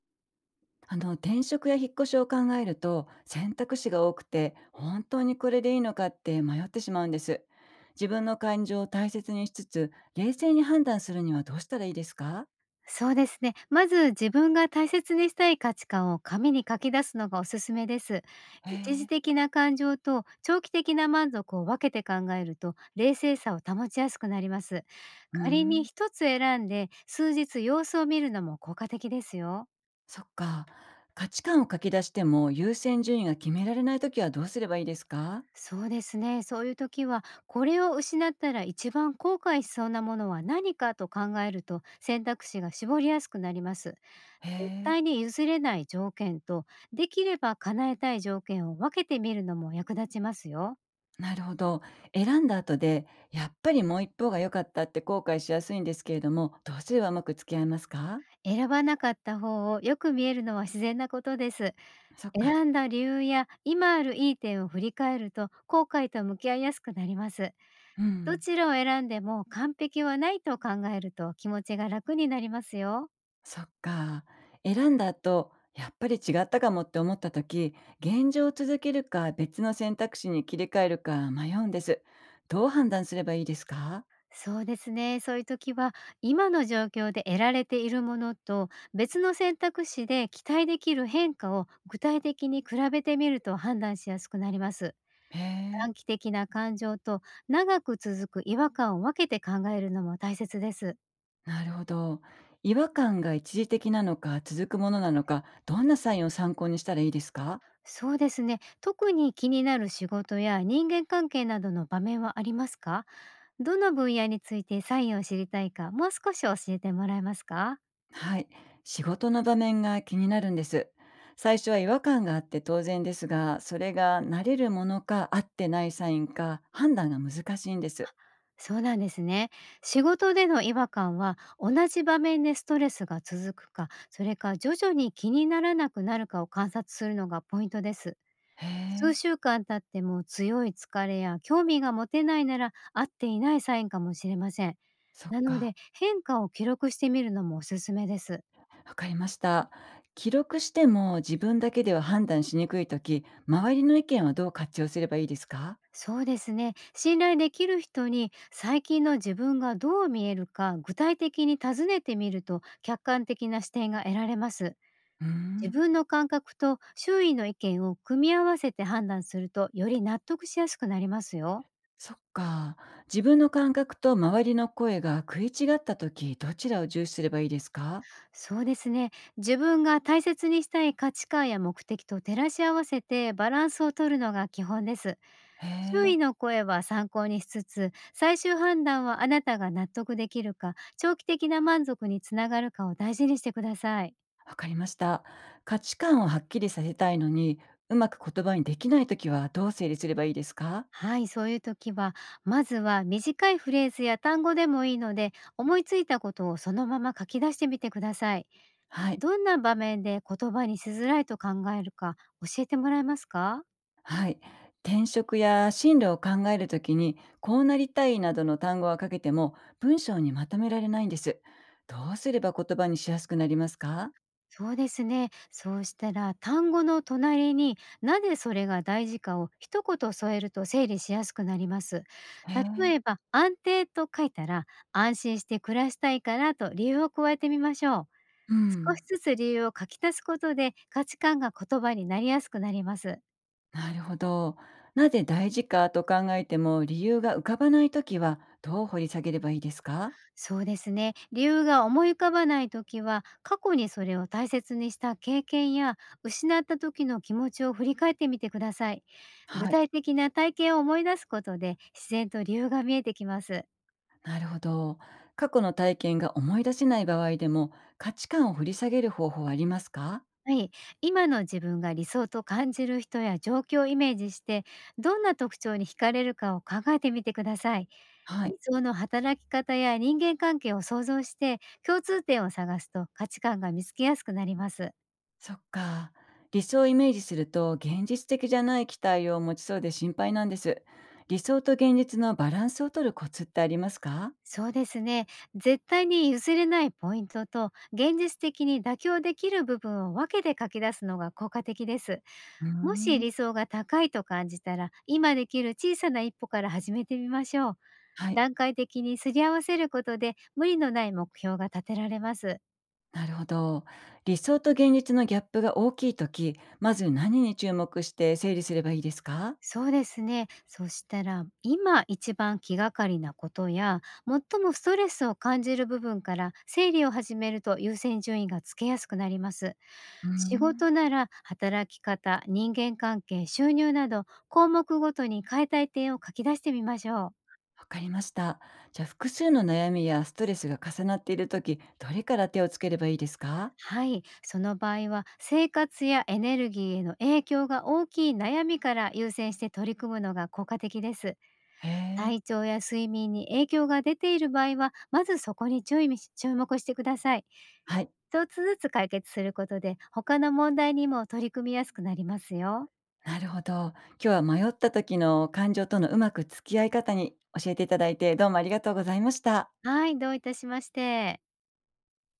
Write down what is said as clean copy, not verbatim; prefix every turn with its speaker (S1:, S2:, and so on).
S1: 転職や引っ越しを考えると選択肢が多くて本当にこれでいいのかって迷ってしまうんです。自分の感情を大切にしつつ、冷静に判断するにはどうしたらいいですか？
S2: そうですね。まず自分が大切にしたい価値観を紙に書き出すのがおすすめです。
S1: へ
S2: 一時
S1: え。
S2: 的な感情と長期的な満足を分けて考えると冷静さを保ちやすくなります。
S1: うー
S2: 仮に
S1: ん。
S2: 一つ選んで数日様子を見るのも効果的ですよ。
S1: そっか。価値観を書き出しても優先順位が決められない時はどうすればいいですか？
S2: そうですね。そういう時はこれを失ったら一番後悔しそうなものは何かと考えると選択肢が絞りやすくなります。
S1: へ
S2: 絶
S1: え。
S2: 対に譲れない条件と、できれば叶えたい条件を分けてみるのも役立ちますよ。
S1: なるほど。選んだ後でやっぱりもう一方が良かったって後悔しやすいんですけれども、どうすればうまく付き合えますか？
S2: 選ばなかった方をよく見えるのは自然なことです。
S1: そっか。
S2: 選んだ理由や今あるいい点を振り返ると、後悔と向き合いやすくなります。
S1: う
S2: ど
S1: ん。
S2: ちらを選んでも完璧はないと考えると気持ちが楽になりますよ。
S1: そっか。選んだ後、やっぱり違ったかもって思った時、現状を続けるか別の選択肢に切り替えるか迷うんです。どう判断すればいいですか？
S2: そうですね。そういう時は、今の状況で得られているものと、別の選択肢で期待できる変化を具体的に比べてみると判断しやすくなります。
S1: へえ、
S2: 短期的な感情と長く続く違和感を分けて考えるのも大切です。
S1: なるほど。違和感が一時的なのか続くものなのか、どんなサインを参考にしたらいいですか？
S2: そうですね。特に気になる仕事や人間関係などの場面はありますか？どの分野についてサインを知りたいか、もう少し教えてもらえますか？
S1: はい。仕事の場面が気になるんです。最初は違和感があって当然ですが、それが慣れるものか合ってないサインか判断が難しいんです。
S2: そうなんですね。仕事での違和感は同じ場面でストレスが続くか、それか徐々に気にならなくなるかを観察するのがポイントです。
S1: へ
S2: 数
S1: え、
S2: 週間経っても強い疲れや興味が持てないなら、合っていないサインかもしれません。
S1: そっ
S2: なの
S1: か。
S2: で、変化を記録してみるのもおすすめです。
S1: わかりました。記録しても自分だけでは判断しにくいとき、周りの意見はどう活用すればいいですか？
S2: そうですね。信頼できる人に最近の自分がどう見えるか具体的に尋ねてみると、客観的な視点が得られます。
S1: うー
S2: 自
S1: ん、
S2: 分の感覚と周囲の意見を組み合わせて判断すると、より納得しやすくなりますよ。
S1: そっか。自分の感覚と周りの声が食い違ったとき、どちらを重視すればいいですか？
S2: そうですね。自分が大切にしたい価値観や目的と照らし合わせてバランスを取るのが基本です。
S1: へ
S2: 周囲
S1: え、
S2: の声は参考にしつつ、最終判断はあなたが納得できるか、長期的な満足につながるかを大事にしてください。
S1: わかりました。価値観をはっきりさせたいのに、うまく言葉にできないときはどう整理すればいいですか？
S2: はい、そういう時は、まずは短いフレーズや単語でもいいので、思いついたことをそのまま書き出してみてください。
S1: はい。
S2: どんな場面で言葉にしづらいと考えるか、教えてもらえますか？
S1: はい。転職や進路を考えるときに、こうなりたいなどの単語はかけても、文章にまとめられないんです。どうすれば言葉にしやすくなりますか？
S2: そうですね。そうしたら、単語の隣になぜそれが大事かを一言添えると整理しやすくなります。
S1: へえ、
S2: 例えば安定と書いたら、安心して暮らしたいからと理由を加えてみましょう。
S1: う
S2: 少
S1: ん。
S2: しずつ理由を書き足すことで、価値観が言葉になりやすくなります。
S1: なるほど。なぜ大事かと考えても理由が浮かばないときはどう掘り下げればいいですか？
S2: そうですね。理由が思い浮かばないときは、過去にそれを大切にした経験や、失った時の気持ちを振り返ってみてください。具
S1: はい。
S2: 体的な体験を思い出すことで、自然と理由が見えてきます。
S1: なるほど。過去の体験が思い出せない場合でも価値観を掘り下げる方法はありますか？
S2: はい。今の自分が理想と感じる人や状況をイメージして、どんな特徴に惹かれるかを考えてみてください。
S1: は
S2: 理
S1: い。
S2: 想の働き方や人間関係を想像して、共通点を探すと価値観が見つけやすくなります。
S1: そっか。理想をイメージすると現実的じゃない期待を持ちそうで心配なんです。理想と現実のバランスを取るコツってありますか？
S2: そうですね。絶対に譲れないポイントと現実的に妥協できる部分を分けて書き出すのが効果的です。
S1: うー
S2: もし
S1: ん。
S2: 理想が高いと感じたら、今できる小さな一歩から始めてみましょう。
S1: はい、
S2: 段階的にすり合わせることで、無理のない目標が立てられます。
S1: なるほど。理想と現実のギャップが大きいとき、まず何に注目して整理すればいいですか？
S2: そうですね。そしたら、今一番気がかりなことや、最もストレスを感じる部分から整理を始めると優先順位がつけやすくなります。
S1: うー
S2: 仕事
S1: ん。
S2: なら働き方、人間関係、収入など項目ごとに変えたい点を書き出してみましょう。
S1: わかりました。じゃあ複数の悩みやストレスが重なっているとき、どれから手をつければいいですか？
S2: はい、その場合は生活やエネルギーへの影響が大きい悩みから優先して取り組むのが効果的です。
S1: へえ。
S2: 体調や睡眠に影響が出ている場合は、まずそこに注意し注目してください。
S1: はい。
S2: 一つずつ解決することで、他の問題にも取り組みやすくなりますよ。
S1: なるほど。今日は迷った時の感情とのうまく付き合い方に教えていただいて、どうもありがとうございました。
S2: はい、どういたしまして。